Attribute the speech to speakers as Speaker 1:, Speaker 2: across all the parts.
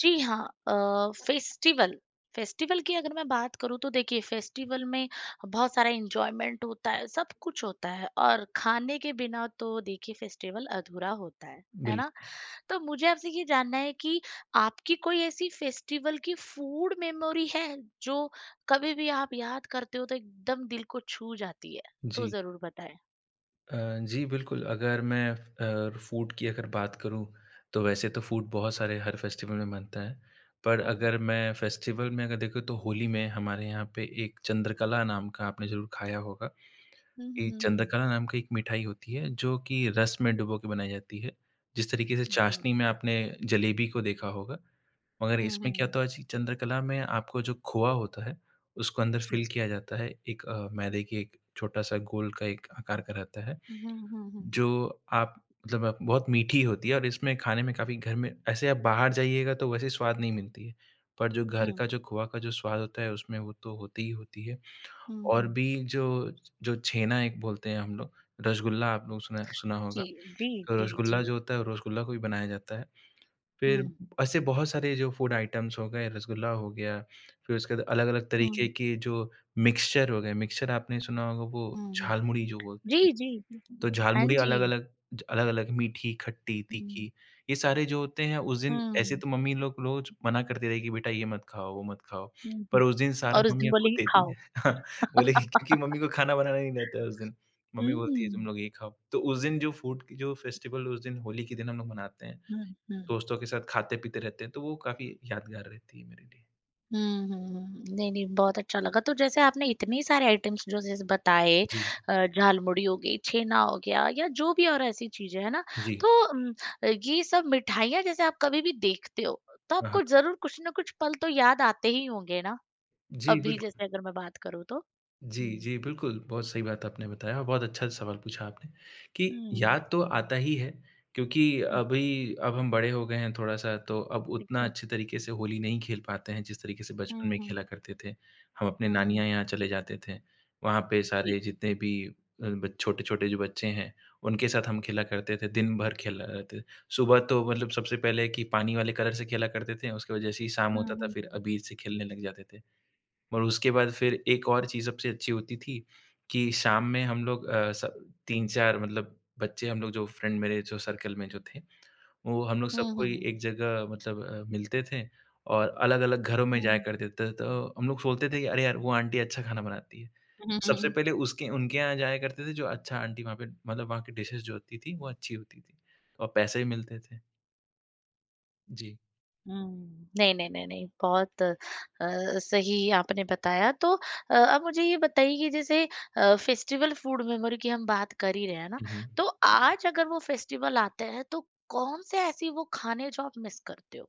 Speaker 1: जी हाँ। Festival festival की अगर मैं बात करूँ तो देखिए फेस्टिवल में बहुत सारा एंजॉयमेंट होता है, सब कुछ होता है और खाने के बिना तो देखिए फेस्टिवल अधूरा होता है ना।
Speaker 2: बिल्कुल,
Speaker 1: तो मुझे आपसे ये जानना है कि आपकी कोई ऐसी फेस्टिवल की फूड मेमोरी है जो कभी भी आप याद करते हो तो एकदम दिल को छू जाती है, तो
Speaker 2: जी।
Speaker 1: जरूर बताएं।
Speaker 2: अ, जी, बिल्कुल, अगर मैं फूड की अगर बात करूँ, तो वैसे तो फूड बहुत सारे हर फेस्टिवल में बनता है। पर
Speaker 1: हम्म,
Speaker 2: अगर मैं फेस्टिवल में अगर देखूँ, तो होली में हमारे यहाँ पे एक चंद्रकला नाम का आपने ज़रूर खाया होगा।
Speaker 1: हम्म,
Speaker 2: ये चंद्रकला नाम की एक मिठाई होती है, जो कि रस में डुबो के बनाई जाती है। जिस तरीके से
Speaker 1: जी।
Speaker 2: चाशनी में आपने जलेबी को देखा होगा, मगर
Speaker 1: हम्म, हम्म,
Speaker 2: इसमें क्या
Speaker 1: हम्म,
Speaker 2: होता है जी चंद्रकला में आपको जो खोआ होता है, उसको अंदर फ़िल
Speaker 1: जी।
Speaker 2: किया जाता है। एक मैदे की एक छोटा-सा गोल का एक आकार का रहता है,
Speaker 1: हम्म, हम्म, हम्म, हम्म,
Speaker 2: जो आप मतलब आप बहुत मीठी होती है और इसमें खाने में काफ़ी घर में ऐसे आप बाहर जाइएगा तो वैसे स्वाद नहीं मिलती है। पर जो घर का जो खोआ का जो स्वाद होता है उसमें वो तो होती ही होती है।
Speaker 1: हम्म,
Speaker 2: और
Speaker 1: हम्म।
Speaker 2: भी जो जो छेना एक बोलते हैं हम लोग, रसगुल्ला आप लोग सुना सुना होगा।
Speaker 1: जी, जी,
Speaker 2: तो
Speaker 1: जी, जी।
Speaker 2: रसगुल्ला जो होता है, रसगुल्ला को भी बनाया जाता है। फिर
Speaker 1: हुँ,
Speaker 2: ऐसे बहुत सारे जो फूड आइटम्स हो गए, रसगुल्ला हो गया, फिर उसके बाद अलग-अलग तरीके
Speaker 1: हुँ,
Speaker 2: के जो मिक्सचर हो गए, मिक्सचर आपने सुना होगा वो
Speaker 1: हुँ, हुँ।
Speaker 2: झालमुड़ी जो बोलते हैं।
Speaker 1: जी, जी, जी।
Speaker 2: तो
Speaker 1: हाँ
Speaker 2: झालमुड़ी
Speaker 1: जी।
Speaker 2: अलग-अलग ज अलग-अलग मीठी, खट्टी, तीखी
Speaker 1: हुँ,
Speaker 2: ये सारे जो होते हैं उस दिन ऐसे
Speaker 1: हुँ,
Speaker 2: तो मम्मी लोग रोज़ मना करती रही कि बेटा ये मत खाओ, वो मत खाओ।
Speaker 1: हुँ, हुँ।
Speaker 2: पर उस दिन सारा
Speaker 1: और उस दिन
Speaker 2: मम्मियाँ खुद
Speaker 1: बोलेंगे
Speaker 2: देती
Speaker 1: खाओ।
Speaker 2: हैं। हाँ, बोले कि क्योंकि मम्मी को खाना बनाना नहीं आता है उस दिन। मम्मी
Speaker 1: हुँ,
Speaker 2: बोलती है तुम
Speaker 1: हुँ,
Speaker 2: लोग ये खाओ। तो उस दिन जो फूड की जो फेस्टिवल उस दिन होली के दिन हम लोग मनाते हैं,
Speaker 1: हुँ।
Speaker 2: दोस्तों के साथ खाते-पीते रहते हैं, तो वो काफ़ी यादगार रहती है मेरे लिए।
Speaker 1: हुँ, हुँ, हुँ। नहीं, नहीं, बहुत अच्छा लगा। तो जैसे आपने इतने सारे आइटम्स जो जैसे बताए,
Speaker 2: जी।
Speaker 1: झालमुड़ी हो गई, छेना हो गया या जो भी और ऐसी चीज़ें, है ना?
Speaker 2: जी।
Speaker 1: तो ये सब मिठाइयाँ जैसे आप कभी भी देखते हो, तो
Speaker 2: हाँ,
Speaker 1: आपको
Speaker 2: हाँ।
Speaker 1: ज़रूर कुछ ना कुछ पल तो याद आते ही होंगे ना?
Speaker 2: जी,
Speaker 1: अभी
Speaker 2: बिल्कुल।
Speaker 1: जैसे अगर मैं बात करूँ तो?
Speaker 2: जी,
Speaker 1: हुँ।
Speaker 2: जी, बिल्कुल, बहुत सही बात आपने बताया और बहुत अच्छा सवाल पूछा आपने कि
Speaker 1: हुँ, हुँ,
Speaker 2: याद तो आता ही है क्योंकि
Speaker 1: हुँ,
Speaker 2: अभी अब हम बड़े हो गए हैं थोड़ा-सा तो अब उतना
Speaker 1: एकदम।
Speaker 2: अच्छे तरीके से होली नहीं खेल पाते हैं जिस तरीके से बचपन
Speaker 1: हुँ,
Speaker 2: में
Speaker 1: हुँ,
Speaker 2: खेला करते थे। हम अपने
Speaker 1: हुँ, हुँ।
Speaker 2: नानियाँ यहाँ चले जाते थे, वहाँ पे
Speaker 1: जी।
Speaker 2: सारे जितने भी अ, ब छोटे-छोटे जो बच्चे हैं, उनके साथ हम खेला करते थे, दिन भर खेला करते थे। सुबह तो मतलब सबसे पहले कि पानी वाले कलर से खेला करते थे, उसके बाद जैसे ही शाम
Speaker 1: हुँ,
Speaker 2: होता था
Speaker 1: हुँ,
Speaker 2: फिर अबीर से खेलने लग जाते थे। और उसके बाद फिर एक और चीज़ सबसे अच्छी होती थी कि शाम में हम लोग अ, स 3-4 मतलब बच्चे हम लोग जो फ्रेंड मेरे जो सर्कल में जो थे, वो हम लोग सब
Speaker 1: हुँ, हुँ,
Speaker 2: कोई
Speaker 1: हुँ,
Speaker 2: एक जगह मतलब मिलते थे और अलग-अलग घरों में जाया करते थे। तो हम लोग सोचते थे कि अरे यार! वो आंटी अच्छा खाना बनाती है।
Speaker 1: हुँ।
Speaker 2: सबसे
Speaker 1: हुँ,
Speaker 2: पहले उसके उनके यहाँ जाया करते थे जो अच्छा आंटी वहाँ पे मतलब वहाँ की डिशेज़ जो होती थी, वो अच्छी होती थी और पैसे भी मिलते थे। जी।
Speaker 1: नहीं, नहीं, नहीं, नहीं, बहुत सही आपने बताया। तो अब मुझे ये बताइए कि जैसे फेस्टिवल फूड मेमोरी की हम बात कर ही रहे हैं ना,
Speaker 2: हुँ, हुँ।
Speaker 1: तो आज अगर वो फेस्टिवल आते हैं तो कौन-से ऐसी वो खाने हैं जो आप मिस करते हो?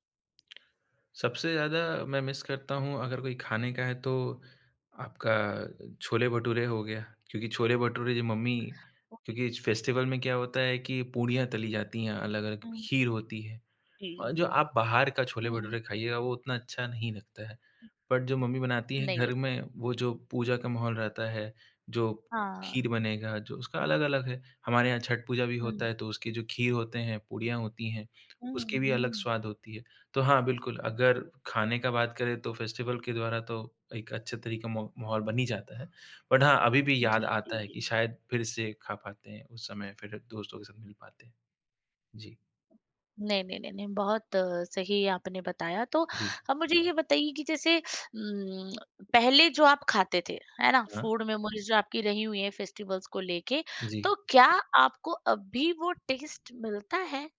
Speaker 2: सबसे ज़्यादा मैं मिस करता हूँ अगर कोई खाने का है तो आपका छोले-भटूरे हो गया, क्योंकि छोले-भटूरे जो मम्मी क्योंकि इस फेस्टिवल में क्या होता है कि पूड़ियाँ तली जाती हैं अलग-अलग,
Speaker 1: हुँ,
Speaker 2: खीर होती है।
Speaker 1: जी।
Speaker 2: जो आप बाहर का
Speaker 1: हुँ,
Speaker 2: छोले-भटूरे खाइएगा वो उतना अच्छा नहीं लगता है। बट जो मम्मी बनाती हैं
Speaker 1: नहीं
Speaker 2: घर
Speaker 1: लग
Speaker 2: में वो जो पूजा का माहौल रहता है, जो
Speaker 1: हाँ,
Speaker 2: खीर बनेगा जो उसका अलग-अलग है। हमारे यहाँ छठ पूजा भी होता
Speaker 1: हुँ,
Speaker 2: है तो उसके जो खीर होते हैं, पूड़ियाँ होती हैं, उसकी
Speaker 1: हुँ,
Speaker 2: भी अलग
Speaker 1: हुँ।
Speaker 2: स्वाद होती है। तो हाँ, बिल्कुल अगर खाने का बात करें तो फेस्टिवल के द्वारा तो एक अच्छे तरीके मो माहौल बन ही जाता है। बट हाँ, अभी भी याद
Speaker 1: जी,
Speaker 2: आता
Speaker 1: जी,
Speaker 2: है
Speaker 1: जी।
Speaker 2: कि शायद फिर से खा पाते हैं उस समय फिर दोस्तों के साथ मिल पाते हैं। जी।
Speaker 1: नहीं, नहीं, नहीं, नहीं, बहुत सही आपने बताया। तो
Speaker 2: जी।
Speaker 1: अब मुझे ये बताइए कि जैसे पहले जो आप खाते थे, है ना?
Speaker 2: हाँ,
Speaker 1: फूड मेमोरीज़ जो आपकी रही हुई हैं फेस्टिवल्स को लेके,
Speaker 2: जी।
Speaker 1: तो क्या आपको अब भी वो टेस्ट मिलता है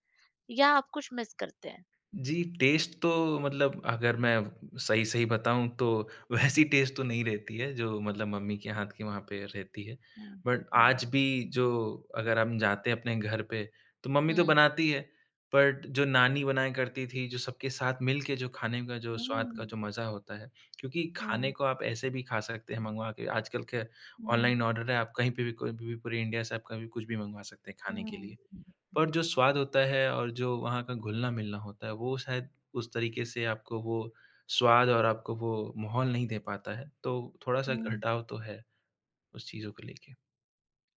Speaker 1: या आप कुछ मिस करते हैं?
Speaker 2: जी, टेस्ट तो मतलब अगर मैं सही-सही बताऊँ तो वैसी टेस्ट तो नहीं रहती है जो मतलब
Speaker 1: हुँ,
Speaker 2: मम्मी के हाथ की वहाँ पे रहती है।
Speaker 1: हुँ,
Speaker 2: बट आज
Speaker 1: हुँ,
Speaker 2: भी जो अगर हम जाते हैं अपने घर पे तो मम्मी तो
Speaker 1: हुँ,
Speaker 2: बनाती है, बट जो नानी बनाया करती थी, जो सबके साथ मिल के जो खाने का जो स्वाद का
Speaker 1: हुँ,
Speaker 2: जो मज़ा होता है, क्योंकि खाने
Speaker 1: हुँ,
Speaker 2: को आप ऐसे भी खा सकते हैं मँगवा के। आजकल के
Speaker 1: हुँ,
Speaker 2: ऑनलाइन ऑर्डर है, आप कहीं पे भी कोई भी पूरे इंडिया से आप कभी कुछ भी मँगवा सकते हैं खाने
Speaker 1: हुँ,
Speaker 2: के लिए।
Speaker 1: हुँ,
Speaker 2: पर
Speaker 1: हुँ,
Speaker 2: जो स्वाद होता है और जो वहाँ का घुलना-मिलना होता है, वो शायद उस तरीके से आपको वो स्वाद और आपको वो माहौल नहीं दे पाता है। तो थोड़ा-सा
Speaker 1: हुँ।
Speaker 2: घटाव तो है उस चीज़ों को लेके।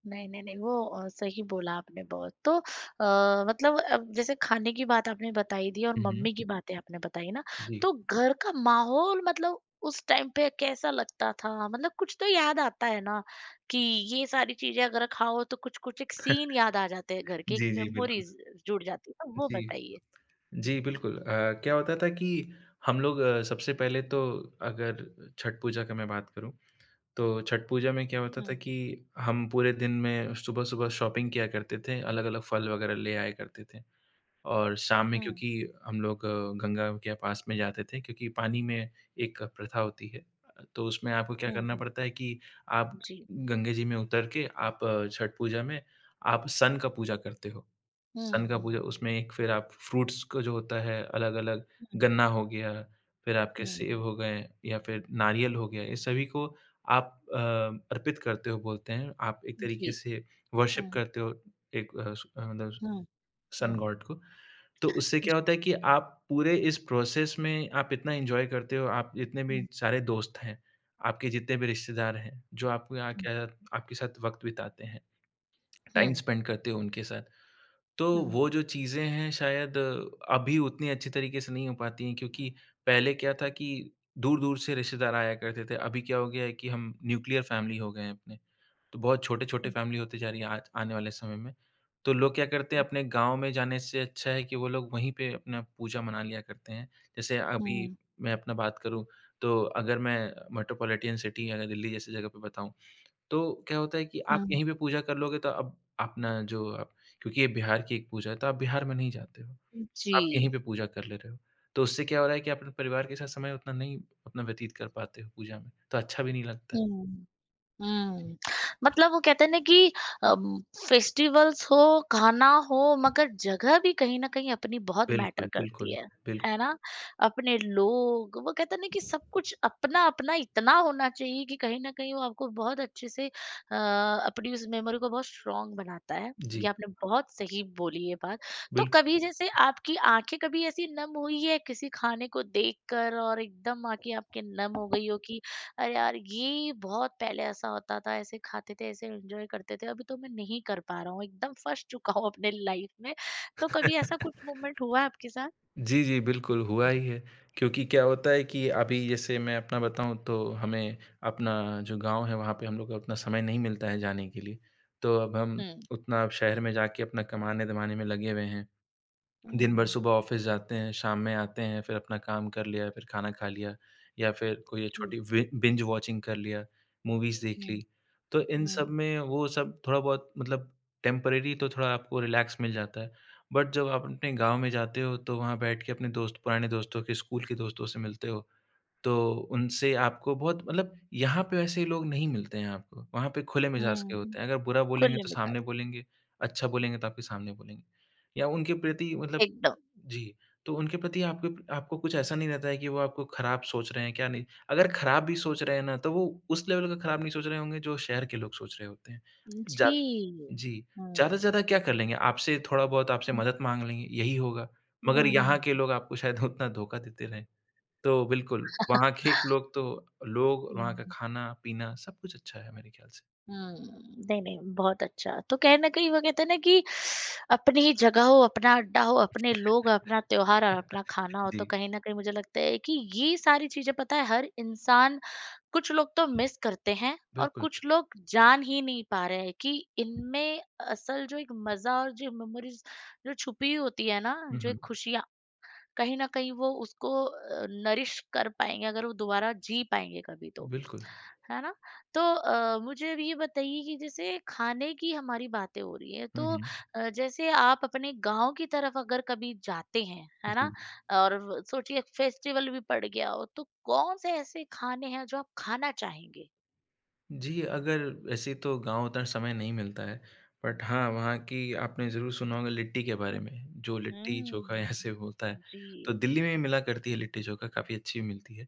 Speaker 1: नहीं, नहीं, नहीं, वो सही बोला आपने बहुत। तो मतलब अब जैसे खाने की बात आपने बताई दी और
Speaker 2: हुँ, हुँ।
Speaker 1: मम्मी की बातें आपने बताई ना,
Speaker 2: जी।
Speaker 1: तो घर का माहौल मतलब उस टाइम पे कैसा लगता था? मतलब कुछ तो याद आता है ना, कि ये सारी चीज़ें अगर खाओ तो कुछ-कुछ एक सीन याद आ जाते हैं घर के, एक
Speaker 2: जी, जी, बिल्कुल।
Speaker 1: मेमोरीज़ जुड़ जाती है, तो वो
Speaker 2: जी।
Speaker 1: बताइए?
Speaker 2: जी, बिल्कुल। क्या होता था कि हम लोग सबसे पहले तो अगर छठ पूजा का मैं बात करूँ, तो छठ पूजा में क्या होता था
Speaker 1: हुँ,
Speaker 2: कि हम पूरे दिन में सुबह-सुबह शॉपिंग किया करते थे, अलग-अलग फल वगैरह ले आया करते थे। और शाम में
Speaker 1: हुँ,
Speaker 2: क्योंकि हम लोग गंगा के पास में जाते थे क्योंकि पानी में एक प्रथा होती है। तो उसमें आपको क्या
Speaker 1: हुँ,
Speaker 2: करना
Speaker 1: हुँ।
Speaker 2: पड़ता है कि आप
Speaker 1: जी।
Speaker 2: गंगा जी में उतर के आप छठ पूजा में आप सन का पूजा करते हो। सन
Speaker 1: हुँ,
Speaker 2: का
Speaker 1: हुँ,
Speaker 2: पूजा उसमें एक फिर आप फ्रूट्स का जो होता है अलग-अलग
Speaker 1: हुँ,
Speaker 2: गन्ना हो गया, फिर आपके
Speaker 1: हुँ।
Speaker 2: सेब हो गए या फिर नारियल हो गया, ये सभी को आप अर्पित करते हो बोलते हैं। आप एक तरीके
Speaker 1: जी।
Speaker 2: से वर्शिप
Speaker 1: हुँ,
Speaker 2: करते हो एक मतलब
Speaker 1: हुँ,
Speaker 2: सन
Speaker 1: हुँ,
Speaker 2: गॉड को। तो उससे क्या
Speaker 1: जी।
Speaker 2: होता है कि आप पूरे इस प्रोसेस में आप इतना एन्जॉय करते हो, आप जितने
Speaker 1: हुँ,
Speaker 2: भी सारे दोस्त हैं, आपके जितने भी रिश्तेदार हैं, जो आपको यहाँ
Speaker 1: हुँ,
Speaker 2: क्या आपके साथ वक़्त बिताते हैं, टाइम
Speaker 1: हुँ,
Speaker 2: स्पेंड करते हो उनके साथ। तो वो जो चीज़ें हैं शायद अभी उतनी अच्छी तरीके से नहीं हो पाती हैं क्योंकि पहले क्या था कि दूर-दूर से रिश्तेदार आया करते थे, अभी क्या हो गया है कि हम न्यूक्लियर फैमिली हो गए हैं अपने। तो बहुत छोटे-छोटे फैमिली होती जा रही है आज आने वाले समय में। तो लोग क्या करते हैं अपने गाँव में जाने से अच्छा है कि वो लोग वहीं पे अपना पूजा मना लिया करते हैं। जैसे अभी
Speaker 1: हुँ,
Speaker 2: मैं अपना बात करूँ तो अगर मैं मेट्रोपॉलिटन सिटी अगर दिल्ली जैसी जगह पे बताऊँ, तो क्या होता है कि आप
Speaker 1: हुँ।
Speaker 2: यहीं पे पूजा कर लोगे तो अब अपना जो आप क्योंकि ये बिहार की एक पूजा है तो आप बिहार में नहीं जाते हो। आप यहीं
Speaker 1: जी,
Speaker 2: पे पूजा कर ले रहे हो। तो उससे क्या हो रहा है कि आप अपने परिवार के साथ समय उतना नहीं अपना व्यतीत कर पाते हो पूजा में, तो अच्छा भी नहीं लगता है।
Speaker 1: हुँ,
Speaker 2: जी।
Speaker 1: हुँ। मतलब वो कहते हैं ना कि अम, फेस्टिवल्स हो, खाना हो, मगर जगह भी कहीं न कहीं अपनी बहुत
Speaker 2: बिल्कुल,
Speaker 1: मैटर करती
Speaker 2: बिल्कुल, बिल्कुल।
Speaker 1: है ना? अपने लोग, वो कहते हैं ना कि सब कुछ अपना-अपना इतना होना चाहिए कि कहीं न कहीं वो आपको बहुत अच्छे से अपनी उस मेमोरी को बहुत स्ट्रॉन्ग बनाता है।
Speaker 2: जी।
Speaker 1: ये आपने बहुत सही बोली ये बात। तो
Speaker 2: बिल्कुल।
Speaker 1: कभी जैसे आपकी आँखें कभी ऐसी नम हुई है किसी खाने को देखकर और एकदम आँखें आपके नम हो गई हो कि अरे यार, ये बहुत पहले ऐसा होता था, ऐसे खाते थे, ऐसे एंजॉय करते थे, अभी तो मैं नहीं कर पा रहा हूँ, एकदम फंस चुका हूँ अपने लाइफ में, तो कभी ऐसा कुछ मोमेंट हुआ है आपके साथ?
Speaker 2: जी, जी, बिल्कुल हुआ ही है, क्योंकि क्या होता है कि अभी जैसे मैं अपना बताऊँ तो हमें अपना जो गाँव है वहाँ पे हम लोग को उतना समय नहीं मिलता है जाने के लिए। तो अब हम
Speaker 1: हम्म,
Speaker 2: उतना अब शहर में जाके अपना कमाने-धमाने में लगे हुए हैं। दिन भर
Speaker 1: हम्म,
Speaker 2: सुबह ऑफ़िस जाते हैं, शाम में आते हैं, फिर अपना काम कर लिया, फिर खाना खा लिया या फिर कोई
Speaker 1: जी,
Speaker 2: छोटी वि बिंज वॉचिंग कर लिया, मूवीज़ देख ली।
Speaker 1: हम्म,
Speaker 2: तो इन सब
Speaker 1: हम्म,
Speaker 2: में वो सब थोड़ा बहुत मतलब टेम्परेरी तो थोड़ा आपको रिलैक्स मिल जाता है। बट जब आप अपने गाँव में जाते हो, तो वहाँ बैठ के अपने दोस्त पुराने दोस्तों के स्कूल के दोस्तों से मिलते हो, तो उनसे आपको बहुत मतलब यहाँ पे वैसे लोग नहीं मिलते हैं आपको, वहाँ पे खुले मिजाज के
Speaker 1: हम्म,
Speaker 2: होते हैं। अगर बुरा बोलेंगे
Speaker 1: खुले
Speaker 2: तो
Speaker 1: मिजाज,
Speaker 2: सामने बोलेंगे, अच्छा बोलेंगे तो आपके सामने बोलेंगे। या उनके प्रति मतलब
Speaker 1: एकदम,
Speaker 2: जी, तो उनके प्रति आपके आपको कुछ ऐसा नहीं रहता है कि वो आपको खराब सोच रहे हैं, क्या नहीं। अगर खराब भी सोच रहे हैं ना, तो वो उस लेवल का खराब नहीं सोच रहे होंगे जो शहर के लोग सोच रहे होते हैं। जा
Speaker 1: जी,
Speaker 2: जी, ज़्यादा से
Speaker 1: हम्म,
Speaker 2: ज़्यादा क्या कर लेंगे? आपसे थोड़ा बहुत आपसे मदद माँग लेंगे, यही होगा। मगर
Speaker 1: हम्म,
Speaker 2: यहाँ के
Speaker 1: हम्म,
Speaker 2: लोग आपको शायद उतना धोखा देते रहें। तो बिल्कुल, वहाँ के लोग तो लोग, वहाँ का
Speaker 1: हम्म,
Speaker 2: खाना-पीना सब कुछ अच्छा है मेरे ख़्याल से।
Speaker 1: हम्म। नहीं, नहीं, बहुत अच्छा। तो कहीं न कहीं वो कहते हैं ना कि अपनी जगह हो, अपना अड्डा हो, अपने लोग, अपना त्योहार और अपना खाना हो,
Speaker 2: जी,
Speaker 1: तो कहीं न कहीं मुझे लगता है कि ये सारी चीज़ें पता है हर इंसान, कुछ लोग तो मिस करते हैं और
Speaker 2: बिल्कुल।
Speaker 1: कुछ लोग जान ही नहीं पा रहे हैं कि इनमें असल जो एक मज़ा और जो मेमोरीज़ जो छुपी होती है ना,
Speaker 2: हुँ,
Speaker 1: जो
Speaker 2: हुँ।
Speaker 1: एक खुशियाँ, कहीं न कहीं वो उसको नरिश कर पाएँगे अगर वो दोबारा जी पाएँगे कभी तो।
Speaker 2: बिल्कुल।
Speaker 1: है ना? तो मुझे अब ये बताइए कि जैसे खाने की हमारी बातें हो रही हैं
Speaker 2: हुँ,
Speaker 1: तो
Speaker 2: हुँ।
Speaker 1: जैसे आप अपने गाँव की तरफ अगर कभी जाते हैं, है ना?
Speaker 2: जी।
Speaker 1: और व सोचिए फेस्टिवल भी पड़ गया हो तो कौन-से ऐसे खाने हैं जो आप खाना चाहेंगे?
Speaker 2: जी, अगर वैसे तो गाँव उतना समय नहीं मिलता है, बट हाँ, वहाँ की आपने ज़रूर सुना होगा लिट्टी के बारे
Speaker 1: हुँ,
Speaker 2: में, जो
Speaker 1: हुँ।
Speaker 2: लिट्टी-चोखा यहाँ से होता है। तो
Speaker 1: जी।
Speaker 2: दिल्ली में भी मिला करती है लिट्टी-चोखा, काफ़ी अच्छी मिलती है।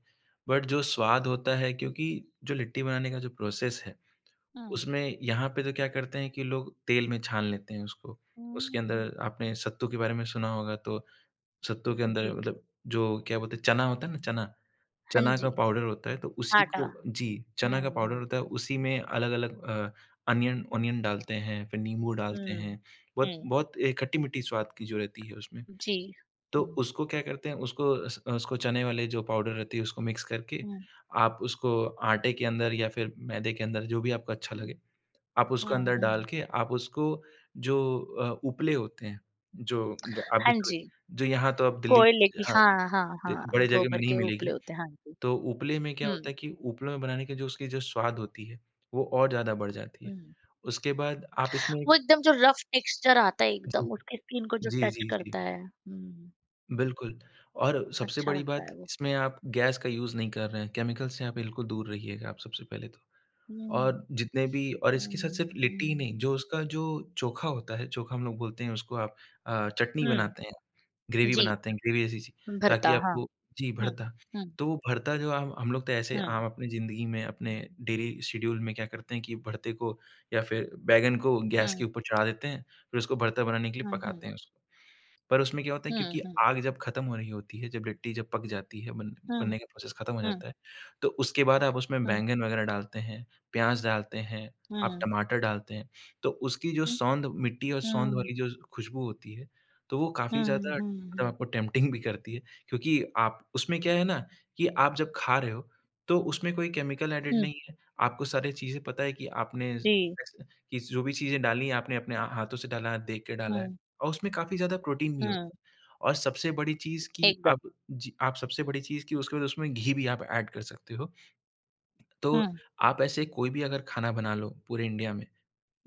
Speaker 2: बट जो स्वाद होता है क्योंकि जो लिट्टी बनाने का जो प्रोसेस है
Speaker 1: हुँ।
Speaker 2: उसमें यहाँ पे तो क्या करते हैं कि लोग तेल में छान लेते हैं उसको। उसके
Speaker 1: हुँ।
Speaker 2: अंदर आपने सत्तू के बारे में सुना होगा तो सत्तू के अंदर
Speaker 1: जी।
Speaker 2: मतलब जो क्या बोलते हैं चना होता है ना चना,
Speaker 1: हाँ
Speaker 2: चना का
Speaker 1: जी।
Speaker 2: पाउडर होता है तो उसी
Speaker 1: आटा।
Speaker 2: को जी, चना का
Speaker 1: हुँ,
Speaker 2: पाउडर
Speaker 1: हुँ।
Speaker 2: होता है उसी में अलग-अलग अनियन ओनियन डालते हैं, फिर नींबू डालते
Speaker 1: हुँ।
Speaker 2: हैं। बहुत
Speaker 1: हुँ।
Speaker 2: बहुत खट्टी-मीठी स्वाद की जो रहती है उसमें।
Speaker 1: जी।
Speaker 2: तो
Speaker 1: हुँ,
Speaker 2: उसको क्या करते हैं उसको चने वाले जो पाउडर रहती है उसको मिक्स करके
Speaker 1: हुँ,
Speaker 2: आप उसको आटे के अंदर या फिर मैदे के अंदर जो भी आपको अच्छा
Speaker 1: हुँ,
Speaker 2: लगे आप उसको
Speaker 1: हुँ,
Speaker 2: अंदर डाल
Speaker 1: हुँ।
Speaker 2: के आप उसको जो उपले होते हैं, जो ग अभी
Speaker 1: हाँ
Speaker 2: तो
Speaker 1: जी,
Speaker 2: जो यहाँ तो अब दिल्ली
Speaker 1: कोयले की,
Speaker 2: हाँ,
Speaker 1: हाँ, हाँ,
Speaker 2: द
Speaker 1: हाँ,
Speaker 2: बड़े जगह में
Speaker 1: गोबर
Speaker 2: नहीं
Speaker 1: के उपले
Speaker 2: मिलेगी।
Speaker 1: होते हैं, हाँ जी।
Speaker 2: तो उपले में क्या होता है
Speaker 1: हुँ,
Speaker 2: कि उपलों में बनाने के जो उसकी जो स्वाद होती है, वो और ज़्यादा बढ़ जाती है।
Speaker 1: हुँ।
Speaker 2: उसके बाद आप इसमें
Speaker 1: वो एकदम जो रफ टेक्सचर आता है,
Speaker 2: जी,
Speaker 1: एकदम उसकी स्किन को जो
Speaker 2: जी,
Speaker 1: टच
Speaker 2: जी, जी,
Speaker 1: करता है। हुँ,
Speaker 2: बिल्कुल और सबसे
Speaker 1: अच्छा
Speaker 2: बड़ी
Speaker 1: लगता
Speaker 2: बात
Speaker 1: है वो।
Speaker 2: इसमें आप गैस का यूज़ नहीं कर रहे हैं, केमिकल से आप बिल्कुल दूर रहिएगा आप सबसे पहले तो।
Speaker 1: हुँ,
Speaker 2: और जितने भी और इसके साथ सिर्फ
Speaker 1: हुँ,
Speaker 2: लिट्टी ही
Speaker 1: हुँ।
Speaker 2: नहीं, जो उसका जो चोखा होता है, चोखा हम लोग बोलते हैं उसको आप चटनी
Speaker 1: हुँ, जी,
Speaker 2: बनाते हैं, ग्रेवी ऐसी चीज़
Speaker 1: भरता,
Speaker 2: ताकि
Speaker 1: हाँ।
Speaker 2: आपको जी,
Speaker 1: हुँ,
Speaker 2: भरता।
Speaker 1: हुँ,
Speaker 2: तो वो भरता जो हम लोग तो ऐसे
Speaker 1: हुँ,
Speaker 2: आम अपनी ज़िंदगी में अपने डेली शेड्यूल में क्या करते हैं कि भरते को या फिर बैंगन को गैस
Speaker 1: हुँ,
Speaker 2: के ऊपर चढ़ा देते हैं, फिर उसको भरता बनाने के लिए
Speaker 1: हुँ,
Speaker 2: पकाते
Speaker 1: हुँ,
Speaker 2: हैं उसको। पर उसमें क्या होता है
Speaker 1: हुँ,
Speaker 2: क्योंकि
Speaker 1: हुँ,
Speaker 2: आग जब खत्म हो रही होती है, जब लिट्टी जब पक जाती है, बन
Speaker 1: हुँ,
Speaker 2: बनने का प्रोसेस खत्म हो
Speaker 1: हुँ,
Speaker 2: जाता है, तो उसके बाद आप उसमें
Speaker 1: हुँ,
Speaker 2: बैंगन वगैरह डालते हैं, प्याज़ डालते हैं, आप
Speaker 1: हुँ,
Speaker 2: टमाटर डालते हैं, तो उसकी जो
Speaker 1: हुँ,
Speaker 2: सौंध मिट्टी और सौंध
Speaker 1: हुँ,
Speaker 2: वाली जो खुशबू होती है, तो वो काफ़ी ज़्यादा
Speaker 1: हुँ, हुँ,
Speaker 2: मतलब
Speaker 1: हुँ,
Speaker 2: आपको टेम्प्टिंग भी करती है क्योंकि आप उसमें क्या है ना कि आप जब खा रहे हो, तो उसमें कोई केमिकल एडेड
Speaker 1: हुँ,
Speaker 2: नहीं है। आपको सारी चीज़ें पता है कि आपने स
Speaker 1: जी,
Speaker 2: कि जो भी चीज़ें डाली हैं, आपने अपने हाथों से डाला है, देख के डाला है।
Speaker 1: हुँ,
Speaker 2: और उसमें काफ़ी ज़्यादा प्रोटीन भी होता
Speaker 1: हुँ,
Speaker 2: है और सबसे बड़ी चीज़ कि
Speaker 1: एकदम।
Speaker 2: आप जी, आप सबसे बड़ी चीज़ कि उसके बाद उसमें घी भी आप ऐड कर सकते हो। तो
Speaker 1: हुँ।
Speaker 2: आप ऐसे कोई भी अगर खाना बना लो पूरे इंडिया में,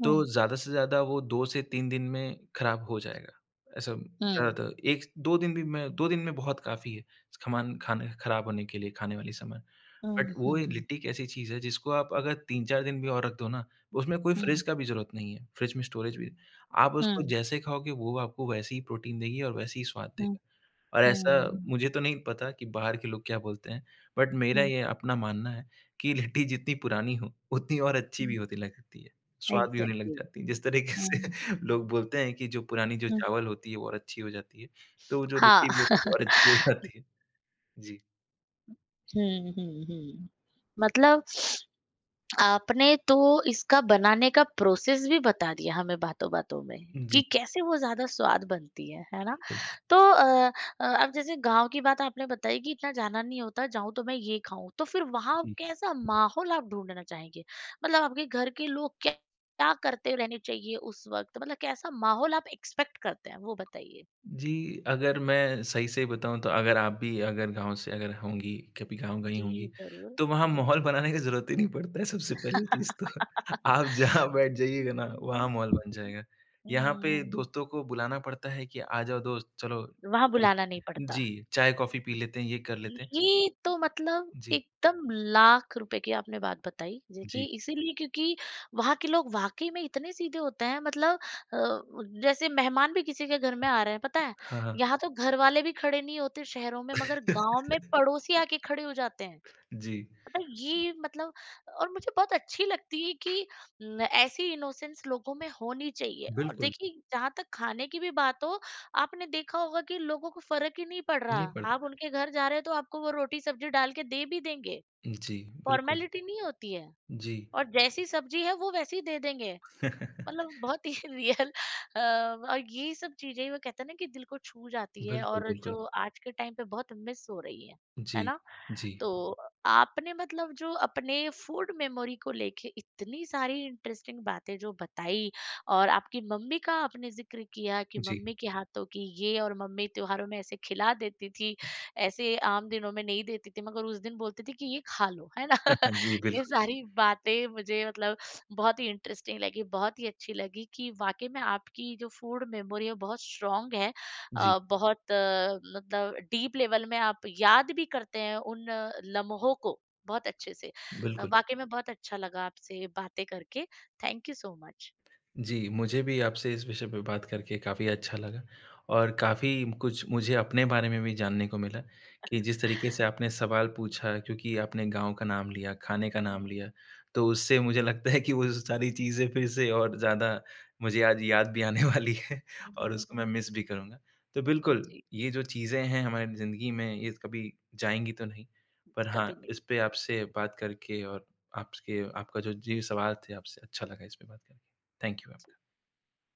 Speaker 2: तो ज़्यादा से ज़्यादा वो 2 से 3 दिन में खराब हो जाएगा। ऐसा ज़्यादातर 1 2 दिन भी मैं 2 दिन में बहुत काफ़ी है, सामान खाने खराब होने के लिए खाने वाली सामान। बट वो ये लिट्टी एक ऐसी चीज़ है जिसको आप अगर 3-4 दिन भी और रख दो ना, उसमें कोई फ्रिज का भी ज़रूरत नहीं है, फ्रिज में स्टोरेज भी आप उसको
Speaker 1: うんうんうんうんうんうんうんうんうんうんएग्ज़ैक्टली।
Speaker 2: जैसे खाओगे वो आपको वैसे ही प्रोटीन देगी और वैसे ही स्वाद देगा। और ऐसा मुझे तो नहीं पता कि बाहर के लोग क्या बोलते हैं, बट मेरा ये अपना मानना है कि लिट्टी जितनी पुरानी हो, उतनी और अच्छी भी होती लगती है। स्वाद भी होने लग जाती है। जिस तरीके से
Speaker 1: हुँ,
Speaker 2: लोग बोलते हैं कि जो पुरानी जो
Speaker 1: हुँ,
Speaker 2: चावल होती है वो और अच्छी हो जाती है, तो जो
Speaker 1: हाँ
Speaker 2: लिट्टी भी होती है और अच्छी हो जाती है। जी।
Speaker 1: हुँ, हुँ, हुँ। मतलब आपने तो इसका बनाने का प्रोसेस भी बता दिया हमें बातों-बातों में,
Speaker 2: जी,
Speaker 1: कि कैसे वो ज़्यादा स्वाद बनती है ना?
Speaker 2: बिल्कुल।
Speaker 1: तो अब जैसे गाँव की बात आपने बताई कि इतना जाना नहीं होता, जाऊँ तो मैं ये खाऊँ, तो फिर वहाँ
Speaker 2: जी।
Speaker 1: कैसा माहौल आप ढूँढना चाहेंगे? मतलब आपके घर के लोग क्या क्या करते रहने चाहिए उस वक़्त? मतलब कैसा माहौल आप एक्सपेक्ट करते हैं, वो बताइए?
Speaker 2: जी, अगर मैं सही से बताऊँ तो अगर आप भी अगर गाँव से अगर होंगी, कभी गाँव गई
Speaker 1: जी,
Speaker 2: होंगी,
Speaker 1: ज़रूर।
Speaker 2: तो वहाँ
Speaker 1: जी।
Speaker 2: माहौल बनाने की ज़रूरत ही नहीं पड़ता है सबसे पहली चीज़ तो। आप जहाँ बैठ जाइएगा ना वहाँ
Speaker 1: हुँ।
Speaker 2: माहौल बन जाएगा।
Speaker 1: हुँ,
Speaker 2: यहाँ
Speaker 1: हुँ,
Speaker 2: पे
Speaker 1: हुँ।
Speaker 2: दोस्तों को बुलाना पड़ता है कि आ जाओ दोस्त चलो
Speaker 1: वहाँ
Speaker 2: अ,
Speaker 1: बुलाना नहीं पड़ता।
Speaker 2: जी, चाय-कॉफ़ी पी लेते हैं, ये कर लेते हैं।
Speaker 1: ये तो मतलब
Speaker 2: जी,
Speaker 1: एकदम लाख रुपए की आपने बात बताई देखिए,
Speaker 2: जी।
Speaker 1: इसीलिए क्योंकि वहाँ के लोग वाकई में इतने सीधे होते हैं, मतलब अ, जैसे मेहमान भी किसी के घर में आ रहे हैं पता है,
Speaker 2: हाँ, हाँ।
Speaker 1: यहाँ तो घर वाले भी खड़े नहीं होते शहरों में, मगर गांव में पड़ोसी आके खड़े हो जाते हैं,
Speaker 2: जी,
Speaker 1: मतलब ये मतलब और मुझे बहुत अच्छी लगती है कि न, ऐसी इनोसेंस लोगों में होनी चाहिए और
Speaker 2: बिल्कुल,
Speaker 1: देखिए जहां तक खाने की भी बात हो, आपने देखा होगा कि लोगों को फर्क ही नहीं पड़ रहा,
Speaker 2: नहीं पढ़
Speaker 1: आप उनके घर जा रहे हो तो आपको वो रोटी सब्जी डाल के दे भी देंगे,
Speaker 2: जी, बिल्कुल,
Speaker 1: फॉर्मेलिटी नहीं होती है,
Speaker 2: जी।
Speaker 1: और जैसी सब्जी है वो वैसी दे देंगे, मतलब बहुत ही रियल। और ये सब चीज़ें वो कहते हैं ना कि दिल को छू जाती है
Speaker 2: बिल्कुल,
Speaker 1: और
Speaker 2: बिल्कुल।
Speaker 1: जो आज के टाइम पे बहुत मिस हो रही है
Speaker 2: जी,
Speaker 1: ना?
Speaker 2: जी,
Speaker 1: तो आपने मतलब जो अपने फूड मेमोरी को लेके इतनी सारी इंटरेस्टिंग बातें जो बताई और आपकी मम्मी का आपने जिक्र किया कि
Speaker 2: जी।
Speaker 1: मम्मी के हाथों की ये और मम्मी त्योहारों में ऐसे खिला देती थी, ऐसे आम दिनों में नहीं देती थी, मगर उस दिन बोलती थी कि ये खा लो, है ना?
Speaker 2: जी,
Speaker 1: ये
Speaker 2: बिल्कुल,
Speaker 1: सारी बातें मुझे मतलब बहुत ही इंटरेस्टिंग लगी, बहुत ही अच्छी लगी कि वाक़ई में आपकी जो फूड मेमोरी है बहुत स्ट्रॉन्ग है।
Speaker 2: जी,
Speaker 1: मतलब डीप लेवल में आप याद भी करते हैं उन लम्हों को बहुत अच्छे से।
Speaker 2: बिल्कुल।
Speaker 1: वाक़ई में बहुत अच्छा लगा आपसे बातें करके। Thank you so much.
Speaker 2: जी, मुझे भी आपसे इस विषय पे बात करके काफ़ी अच्छा लगा और काफ़ी कुछ मुझे अपने बारे में भी जानने को मिला कि जिस तरीके से आपने सवाल पूछा क्योंकि आपने गाँव का नाम लिया, खाने का नाम
Speaker 1: हुँ,
Speaker 2: लिया, तो उससे मुझे लगता है कि वो सारी चीज़ें फिर से और ज़्यादा मुझे आज याद भी आने वाली है
Speaker 1: हुँ,
Speaker 2: और
Speaker 1: हुँ, हुँ,
Speaker 2: उसको मैं
Speaker 1: हुँ।
Speaker 2: मिस भी करूँगा। तो बिल्कुल,
Speaker 1: जी,
Speaker 2: ये जो चीज़ें हैं हमारी ज़िंदगी में ये कभी जाएँगी तो नहीं, पर हाँ,
Speaker 1: कभी नहीं।
Speaker 2: इस पे आपसे बात करके और आपके आपका जो सवाल थे आपसे अच्छा लगा इस पे बात करके। Thank you.